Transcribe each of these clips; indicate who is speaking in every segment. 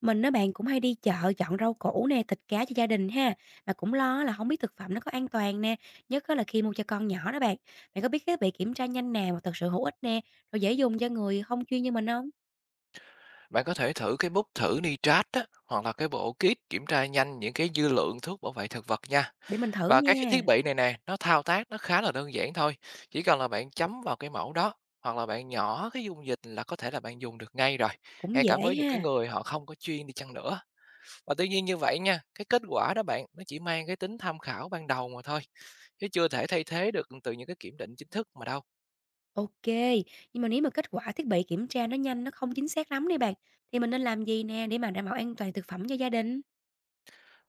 Speaker 1: Mình á bạn cũng hay đi chợ chọn rau củ nè, thịt cá cho gia đình ha, mà cũng lo là không biết thực phẩm nó có an toàn nè, nhất á là khi mua cho con nhỏ đó bạn. Bạn có biết cái bị kiểm tra nhanh nào mà thật sự hữu ích nè, rồi dễ dùng cho người không chuyên như mình không?
Speaker 2: Bạn có thể thử cái bút thử nitrat á, hoặc là cái bộ kit kiểm tra nhanh những cái dư lượng thuốc bảo vệ thực vật nha.
Speaker 1: Để mình thử
Speaker 2: Và các cái
Speaker 1: nha,
Speaker 2: thiết bị này nè, nó thao tác nó khá là đơn giản thôi. Chỉ cần là bạn chấm vào cái mẫu đó hoặc là bạn nhỏ cái dung dịch là có thể là bạn dùng được ngay rồi.
Speaker 1: cũng
Speaker 2: Ngay cả
Speaker 1: dễ
Speaker 2: với những cái
Speaker 1: ha.
Speaker 2: người họ không có chuyên đi chăng nữa. Và tuy nhiên như vậy nha, cái kết quả đó bạn nó chỉ mang cái tính tham khảo ban đầu mà thôi, chứ chưa thể thay thế được từ những cái kiểm định chính thức mà đâu.
Speaker 1: OK, nhưng mà nếu mà kết quả thiết bị kiểm tra nó nhanh, nó không chính xác lắm đi bạn, thì mình nên làm gì nè để mà đảm bảo an toàn thực phẩm cho gia đình?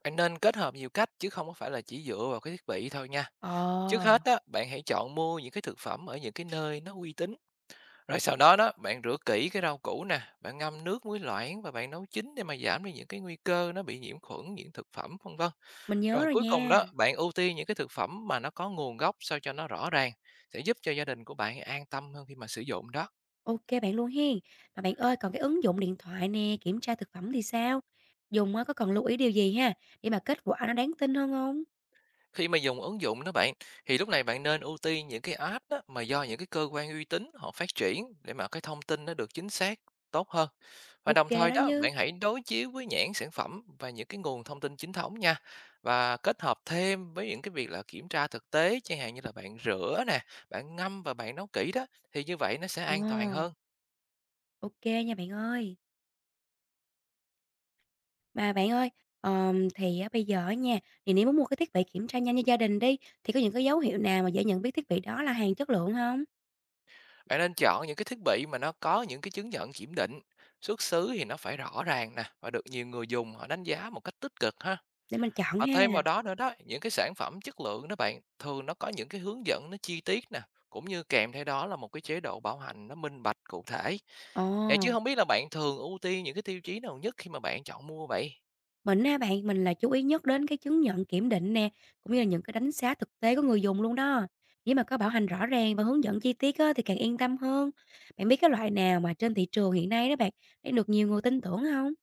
Speaker 2: Bạn nên kết hợp nhiều cách chứ không có phải là chỉ dựa vào cái thiết bị thôi nha. Trước
Speaker 1: Ờ,
Speaker 2: hết á, bạn hãy chọn mua những cái thực phẩm ở những cái nơi nó uy tín. Rồi sau đó đó, bạn rửa kỹ cái rau củ nè, bạn ngâm nước muối loãng và bạn nấu chín để mà giảm đi những cái nguy cơ nó bị nhiễm khuẩn, nhiễm thực phẩm vân vân.
Speaker 1: mình nhớ
Speaker 2: Rồi
Speaker 1: rồi
Speaker 2: cuối cùng
Speaker 1: nha.
Speaker 2: đó, bạn ưu tiên những cái thực phẩm mà nó có nguồn gốc sao cho nó rõ ràng sẽ giúp cho gia đình của bạn an tâm hơn khi mà sử dụng đó.
Speaker 1: OK bạn luôn hen. Mà bạn ơi, còn cái ứng dụng điện thoại nè, kiểm tra thực phẩm thì sao? Dùng á có cần lưu ý điều gì ha, để mà kết quả nó đáng tin hơn không?
Speaker 2: Khi mà dùng ứng dụng đó bạn, thì lúc này bạn nên ưu tiên những cái app đó mà do những cái cơ quan uy tín họ phát triển để mà cái thông tin nó được chính xác tốt hơn. Và
Speaker 1: OK
Speaker 2: đồng thời
Speaker 1: đó
Speaker 2: đó,
Speaker 1: chứ.
Speaker 2: bạn hãy đối chiếu với nhãn sản phẩm và những cái nguồn thông tin chính thống nha. Và kết hợp thêm với những cái việc là kiểm tra thực tế, chẳng hạn như là bạn rửa nè, bạn ngâm và bạn nấu kỹ đó, thì như vậy nó sẽ
Speaker 1: Ờ,
Speaker 2: an toàn hơn.
Speaker 1: ô nha bạn ơi. Mà bạn ơi, thì á bây giờ á nha, thì nếu muốn mua cái thiết bị kiểm tra nhanh cho gia đình đi, thì có những cái dấu hiệu nào mà dễ nhận biết thiết bị đó là hàng chất lượng không?
Speaker 2: Bạn nên chọn những cái thiết bị mà nó có những cái chứng nhận kiểm định, xuất xứ thì nó phải rõ ràng nè và được nhiều người dùng họ đánh giá một cách tích cực ha.
Speaker 1: Để mình chọn
Speaker 2: Và
Speaker 1: ha.
Speaker 2: thêm vào đó nữa đó, những cái sản phẩm chất lượng đó bạn, thường nó có những cái hướng dẫn nó chi tiết nè, cũng như kèm theo đó là một cái chế độ bảo hành nó minh bạch cụ thể.
Speaker 1: Ờ.
Speaker 2: Vậy chứ không biết là bạn thường ưu tiên những cái tiêu chí nào nhất khi mà bạn chọn mua vậy?
Speaker 1: Mình á bạn, mình là chú ý nhất đến cái chứng nhận kiểm định nè, cũng như là những cái đánh giá thực tế của người dùng luôn đó. Nếu mà có bảo hành rõ ràng và hướng dẫn chi tiết á, thì càng yên tâm hơn. Bạn biết cái loại nào mà trên thị trường hiện nay đó bạn, để được nhiều người tin tưởng không?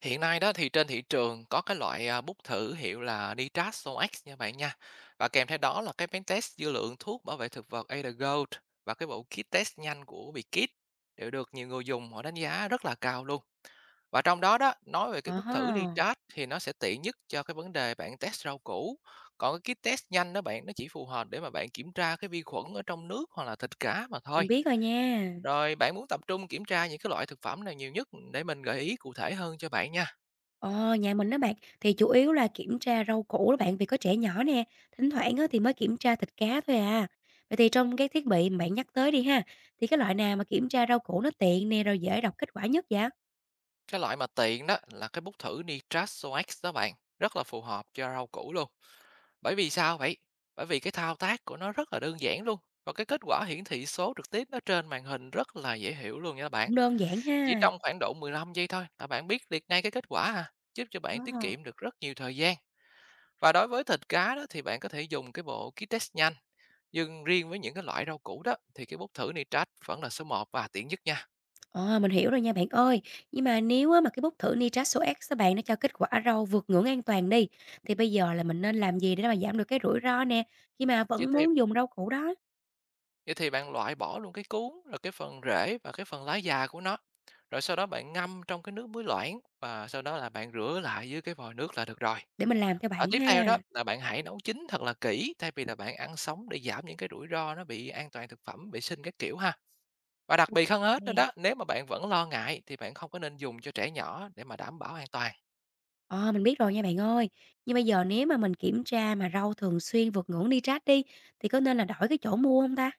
Speaker 2: Hiện nay đó thì trên thị trường có cái loại, à, bút thử hiệu là Nitrax x nha bạn nha, và kèm theo đó là cái bánh test dư lượng thuốc bảo vệ thực vật Adagold và cái bộ kit test nhanh của Biekit đều được nhiều người dùng họ đánh giá rất là cao luôn. Và trong đó đó, nói về cái
Speaker 1: Ờ
Speaker 2: bút
Speaker 1: ha,
Speaker 2: thử Nitrax thì nó sẽ tiện nhất cho cái vấn đề bạn test rau củ, còn cái kit test nhanh đó bạn, nó chỉ phù hợp để mà bạn kiểm tra cái vi khuẩn ở trong nước hoặc là thịt cá mà
Speaker 1: mình
Speaker 2: thôi.
Speaker 1: biết rồi nha.
Speaker 2: Rồi bạn muốn tập trung kiểm tra những cái loại thực phẩm nào nhiều nhất để mình gợi ý cụ thể hơn cho bạn nha.
Speaker 1: Ờ, nhà mình đó bạn, thì chủ yếu là kiểm tra rau củ đó bạn, vì có trẻ nhỏ nè, thỉnh thoảng á, thì mới kiểm tra thịt cá thôi à. Vậy thì trong cái thiết bị mà bạn nhắc tới đi ha, thì cái loại nào mà kiểm tra rau củ nó tiện nè, rồi dễ đọc kết quả nhất vậy?
Speaker 2: Cái loại mà tiện đó là cái bút thử Nitrat Sox đó bạn, rất là phù hợp cho rau củ luôn. Bởi vì sao vậy? Bởi vì cái thao tác của nó rất là đơn giản luôn và cái kết quả hiển thị số trực tiếp nó trên màn hình rất là dễ hiểu luôn nha các bạn.
Speaker 1: Cũng đơn giản
Speaker 2: Chỉ
Speaker 1: ha.
Speaker 2: trong khoảng độ 15 giây thôi là bạn biết liệt ngay cái kết quả à, giúp cho bạn tiết
Speaker 1: À.
Speaker 2: kiệm được rất nhiều thời gian. Và đối với thịt cá đó thì bạn có thể dùng cái bộ kit test nhanh, nhưng riêng với những cái loại rau củ đó thì cái bút thử Nitrat vẫn là số một và tiện nhất nha.
Speaker 1: Ờ, mình hiểu rồi nha bạn ơi. Nhưng mà nếu á mà cái bút thử nitrat SOX các bạn, nó cho kết quả rau vượt ngưỡng an toàn đi, thì bây giờ là mình nên làm gì để mà giảm được cái rủi ro nè, khi mà
Speaker 2: Vậy
Speaker 1: vẫn
Speaker 2: thì
Speaker 1: muốn dùng rau củ đó
Speaker 2: Vậy thì bạn loại bỏ luôn cái cuống, rồi cái phần rễ và cái phần lá già của nó. Rồi sau đó bạn ngâm trong cái nước muối loãng và sau đó là bạn rửa lại dưới cái vòi nước là được rồi.
Speaker 1: để mình làm theo bạn
Speaker 2: Ở tiếp theo
Speaker 1: ha?
Speaker 2: đó là bạn hãy nấu chín thật là kỹ thay vì là bạn ăn sống để giảm những cái rủi ro nó bị an toàn thực phẩm, vệ sinh các kiểu ha. Và đặc
Speaker 1: Ô.
Speaker 2: biệt hơn hết nữa đó, nếu mà bạn vẫn lo ngại thì bạn không có nên dùng cho trẻ nhỏ để mà đảm bảo an toàn.
Speaker 1: Ờ, mình biết rồi nha bạn ơi. Nhưng bây giờ nếu mà mình kiểm tra mà rau thường xuyên vượt ngưỡng nitrat đi, thì có nên là đổi cái chỗ mua không ta?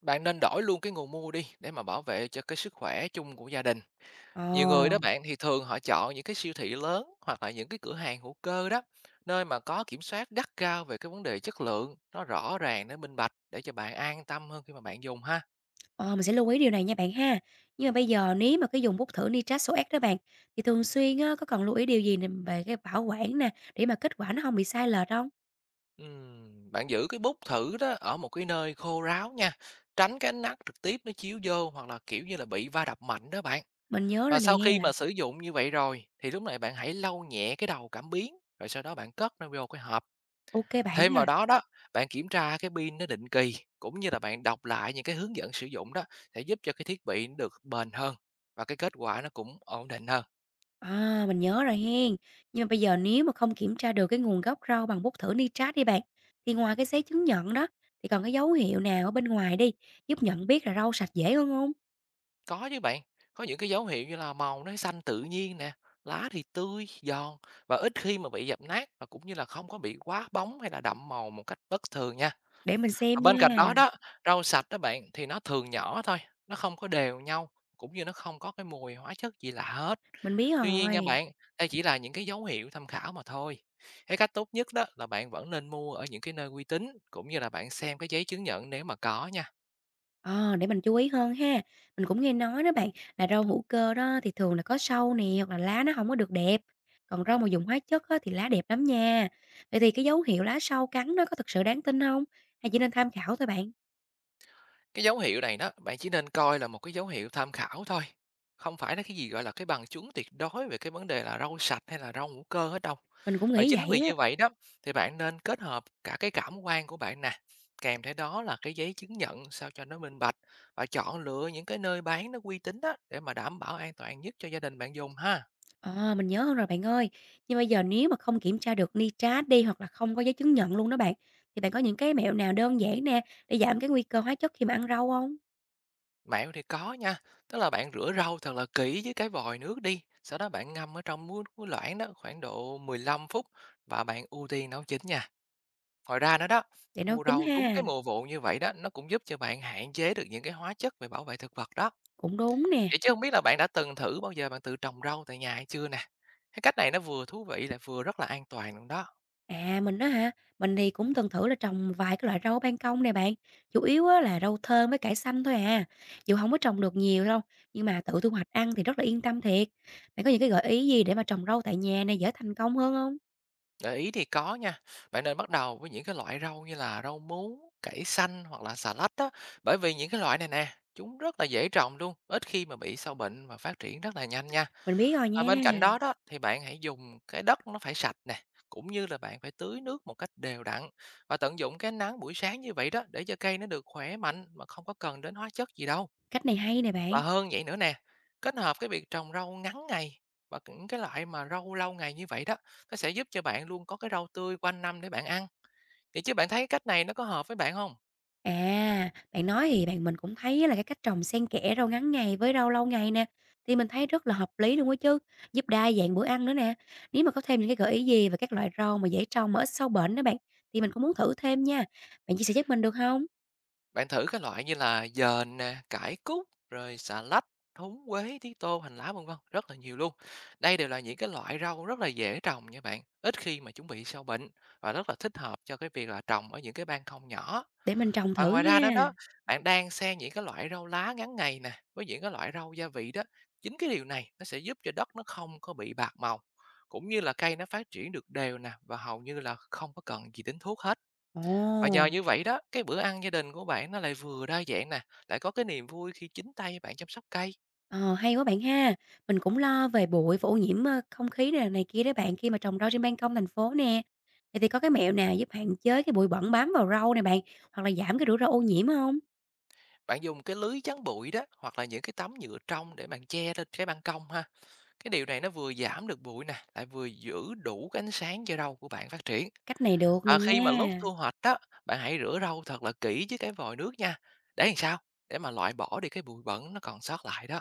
Speaker 2: Bạn nên đổi luôn cái nguồn mua đi để mà bảo vệ cho cái sức khỏe chung của gia đình.
Speaker 1: Ờ.
Speaker 2: Nhiều người đó bạn thì thường họ chọn những cái siêu thị lớn hoặc là những cái cửa hàng hữu cơ đó, nơi mà có kiểm soát gắt gao về cái vấn đề chất lượng, nó rõ ràng, nó minh bạch để cho bạn an tâm hơn khi mà bạn dùng ha.
Speaker 1: Ờ, mình sẽ lưu ý điều này nha bạn ha. Nhưng mà bây giờ nếu mà cái dùng bút thử nitrat số SOX đó bạn, thì thường xuyên á, có cần lưu ý điều gì nè về cái bảo quản nè, để mà kết quả nó không bị sai lệch không?
Speaker 2: Bạn giữ cái bút thử đó ở một cái nơi khô ráo nha, tránh cái ánh nắng trực tiếp nó chiếu vô hoặc là kiểu như là bị va đập mạnh đó bạn.
Speaker 1: Mình nhớ
Speaker 2: Và
Speaker 1: rồi nè,
Speaker 2: sau khi mà sử dụng như vậy rồi thì lúc này bạn hãy lau nhẹ cái đầu cảm biến rồi sau đó bạn cất nó vô cái hộp.
Speaker 1: OK bạn
Speaker 2: Thêm vào
Speaker 1: ha.
Speaker 2: đó đó, bạn kiểm tra cái pin nó định kỳ cũng như là bạn đọc lại những cái hướng dẫn sử dụng đó sẽ giúp cho cái thiết bị nó được bền hơn và cái kết quả nó cũng ổn định hơn.
Speaker 1: À, mình nhớ rồi hen. Nhưng mà bây giờ nếu mà không kiểm tra được cái nguồn gốc rau bằng bút thử nitrat đi bạn, thì ngoài cái giấy chứng nhận đó, thì còn cái dấu hiệu nào ở bên ngoài đi, giúp nhận biết là rau sạch dễ hơn không?
Speaker 2: Có chứ bạn, có những cái dấu hiệu như là màu nó xanh tự nhiên nè, lá thì tươi, giòn và ít khi mà bị dập nát và cũng như là không có bị quá bóng hay là đậm màu một cách bất thường nha.
Speaker 1: Để mình
Speaker 2: Mà
Speaker 1: xem
Speaker 2: bên cạnh đó
Speaker 1: nha,
Speaker 2: đó, rau sạch đó bạn thì nó thường nhỏ thôi, nó không có đều nhau, cũng như nó không có cái mùi hóa chất gì lạ hết.
Speaker 1: mình biết
Speaker 2: Tuy nhiên nha
Speaker 1: rồi.
Speaker 2: bạn, đây chỉ là những cái dấu hiệu tham khảo mà thôi. Cái cách tốt nhất đó là bạn vẫn nên mua ở những cái nơi uy tín cũng như là bạn xem cái giấy chứng nhận nếu mà có nha.
Speaker 1: Ờ, để mình chú ý hơn ha. Mình cũng nghe nói đó bạn, là rau hữu cơ đó thì thường là có sâu nè, hoặc là lá nó không có được đẹp, còn rau mà dùng hóa chất á thì lá đẹp lắm nha. Vậy thì cái dấu hiệu lá sâu cắn nó có thực sự đáng tin không? Hay chỉ nên tham khảo thôi bạn?
Speaker 2: Cái dấu hiệu này đó, bạn chỉ nên coi là một cái dấu hiệu tham khảo thôi, không phải là cái gì, gọi là, cái bằng chứng tuyệt đối về cái vấn đề là rau sạch hay là rau hữu cơ hết đâu.
Speaker 1: Mình cũng
Speaker 2: Và
Speaker 1: nghĩ
Speaker 2: chính
Speaker 1: vậy
Speaker 2: vì
Speaker 1: á.
Speaker 2: như vậy đó, thì bạn nên kết hợp cả cái cảm quan của bạn nè, kèm theo đó là cái giấy chứng nhận sao cho nó minh bạch và chọn lựa những cái nơi bán nó uy tín đó để mà đảm bảo an toàn nhất cho gia đình bạn dùng ha.
Speaker 1: Ờ, mình nhớ hơn rồi bạn ơi. Nhưng bây giờ nếu mà không kiểm tra được nitrat đi, hoặc là không có giấy chứng nhận luôn đó bạn, thì bạn có những cái mẹo nào đơn giản nè, để giảm cái nguy cơ hóa chất khi mà ăn rau không?
Speaker 2: Mẹo thì có nha, tức là bạn rửa rau thật là kỹ với cái vòi nước đi, sau đó bạn ngâm ở trong muối muối loãng đó khoảng độ 15 phút và bạn ưu tiên nấu chín nha. Ngoài ra nữa đó,
Speaker 1: Để nấu
Speaker 2: mua
Speaker 1: chín
Speaker 2: rau đúng
Speaker 1: ha,
Speaker 2: cái mùa vụ như vậy đó, nó cũng giúp cho bạn hạn chế được những cái hóa chất về bảo vệ thực vật đó.
Speaker 1: cũng đúng nè.
Speaker 2: Vậy chứ không biết là bạn đã từng thử bao giờ bạn tự trồng rau tại nhà hay chưa nè? Cái cách này nó vừa thú vị lại vừa rất là an toàn luôn đó.
Speaker 1: À, mình đó hả? Mình thì cũng từng thử là trồng vài cái loại rau ở ban công nè bạn, chủ yếu á là rau thơm với cải xanh thôi à, dù không có trồng được nhiều đâu, nhưng mà tự thu hoạch ăn thì rất là yên tâm thiệt. Bạn có những cái gợi ý gì để mà trồng rau tại nhà này dễ thành công hơn không?
Speaker 2: Gợi ý thì có nha, bạn nên bắt đầu với những cái loại rau như là rau muống, cải xanh hoặc là xà lách á, bởi vì những cái loại này nè, chúng rất là dễ trồng luôn, ít khi mà bị sâu bệnh và phát triển rất là nhanh nha.
Speaker 1: Mình biết rồi
Speaker 2: Và
Speaker 1: nha,
Speaker 2: bên cạnh đó đó thì bạn hãy dùng cái đất nó phải sạch nè, cũng như là bạn phải tưới nước một cách đều đặn và tận dụng cái nắng buổi sáng như vậy đó để cho cây nó được khỏe mạnh mà không có cần đến hóa chất gì đâu.
Speaker 1: cách này hay nè bạn.
Speaker 2: Và hơn vậy nữa nè, kết hợp cái việc trồng rau ngắn ngày và những cái loại mà rau lâu ngày như vậy đó, nó sẽ giúp cho bạn luôn có cái rau tươi quanh năm để bạn ăn. Vậy chứ bạn thấy cách này nó có hợp với bạn không?
Speaker 1: À, bạn nói thì bạn mình cũng thấy là cái cách trồng xen kẽ rau ngắn ngày với rau lâu ngày nè, thì mình thấy rất là hợp lý luôn á chứ, giúp đa dạng bữa ăn nữa nè. Nếu mà có thêm những cái gợi ý gì về các loại rau mà dễ trồng mà ít sâu bệnh đó bạn, thì mình cũng muốn thử thêm nha. Bạn chia sẻ giúp mình được không?
Speaker 2: Bạn thử các loại như là dền nè, cải cúc, rồi xà lách, húng quế, tía tô, hành lá vân vân, rất là nhiều luôn. Đây đều là những cái loại rau rất là dễ trồng nha bạn, ít khi mà chuẩn bị sâu bệnh và rất là thích hợp cho cái việc là trồng ở những cái ban công nhỏ.
Speaker 1: Để mình trồng
Speaker 2: Và
Speaker 1: thử
Speaker 2: ngoài ra đó
Speaker 1: nha.
Speaker 2: đó, bạn đang xen những cái loại rau lá ngắn ngày nè với những cái loại rau gia vị đó, chính cái điều này nó sẽ giúp cho đất nó không có bị bạc màu cũng như là cây nó phát triển được đều nè và hầu như là không có cần gì đến thuốc hết. Và nhờ
Speaker 1: Ồ,
Speaker 2: như vậy đó, cái bữa ăn gia đình của bạn nó lại vừa đa dạng nè, lại có cái niềm vui khi chính tay bạn chăm sóc cây.
Speaker 1: ờ, hay quá bạn ha. Mình cũng lo về bụi và ô nhiễm, không khí nè, này kia đó bạn, khi mà trồng rau trên ban công thành phố nè. Vậy thì có cái mẹo nào giúp hạn chế cái bụi bẩn bám vào rau này bạn, hoặc là giảm cái rủi ro ô nhiễm không?
Speaker 2: Bạn dùng cái lưới chắn bụi đó hoặc là những cái tấm nhựa trong để bạn che lên cái ban công ha. Cái điều này nó vừa giảm được bụi nè, lại vừa giữ đủ cái ánh sáng cho rau của bạn phát triển.
Speaker 1: Cách này được này
Speaker 2: À, khi
Speaker 1: nha.
Speaker 2: mà lúc thu hoạch đó, bạn hãy rửa rau thật là kỹ với cái vòi nước nha. Để làm sao? Để mà loại bỏ đi cái bụi bẩn nó còn sót lại đó.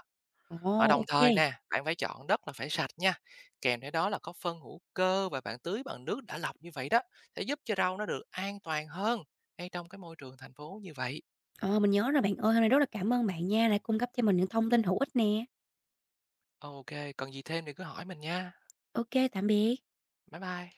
Speaker 2: Và
Speaker 1: Ồ,
Speaker 2: đồng
Speaker 1: OK kê.
Speaker 2: thời nè, bạn phải chọn đất là phải sạch nha, kèm theo đó là có phân hữu cơ và bạn tưới bằng nước đã lọc như vậy đó, sẽ giúp cho rau nó được an toàn hơn ngay trong cái môi trường thành phố như vậy.
Speaker 1: Ờ, mình nhớ rồi bạn ơi, hôm nay rất là cảm ơn bạn nha, đã cung cấp cho mình những thông tin hữu ích nè.
Speaker 2: OK, cần gì thêm thì cứ hỏi mình nha.
Speaker 1: OK tạm biệt.
Speaker 2: Bye bye.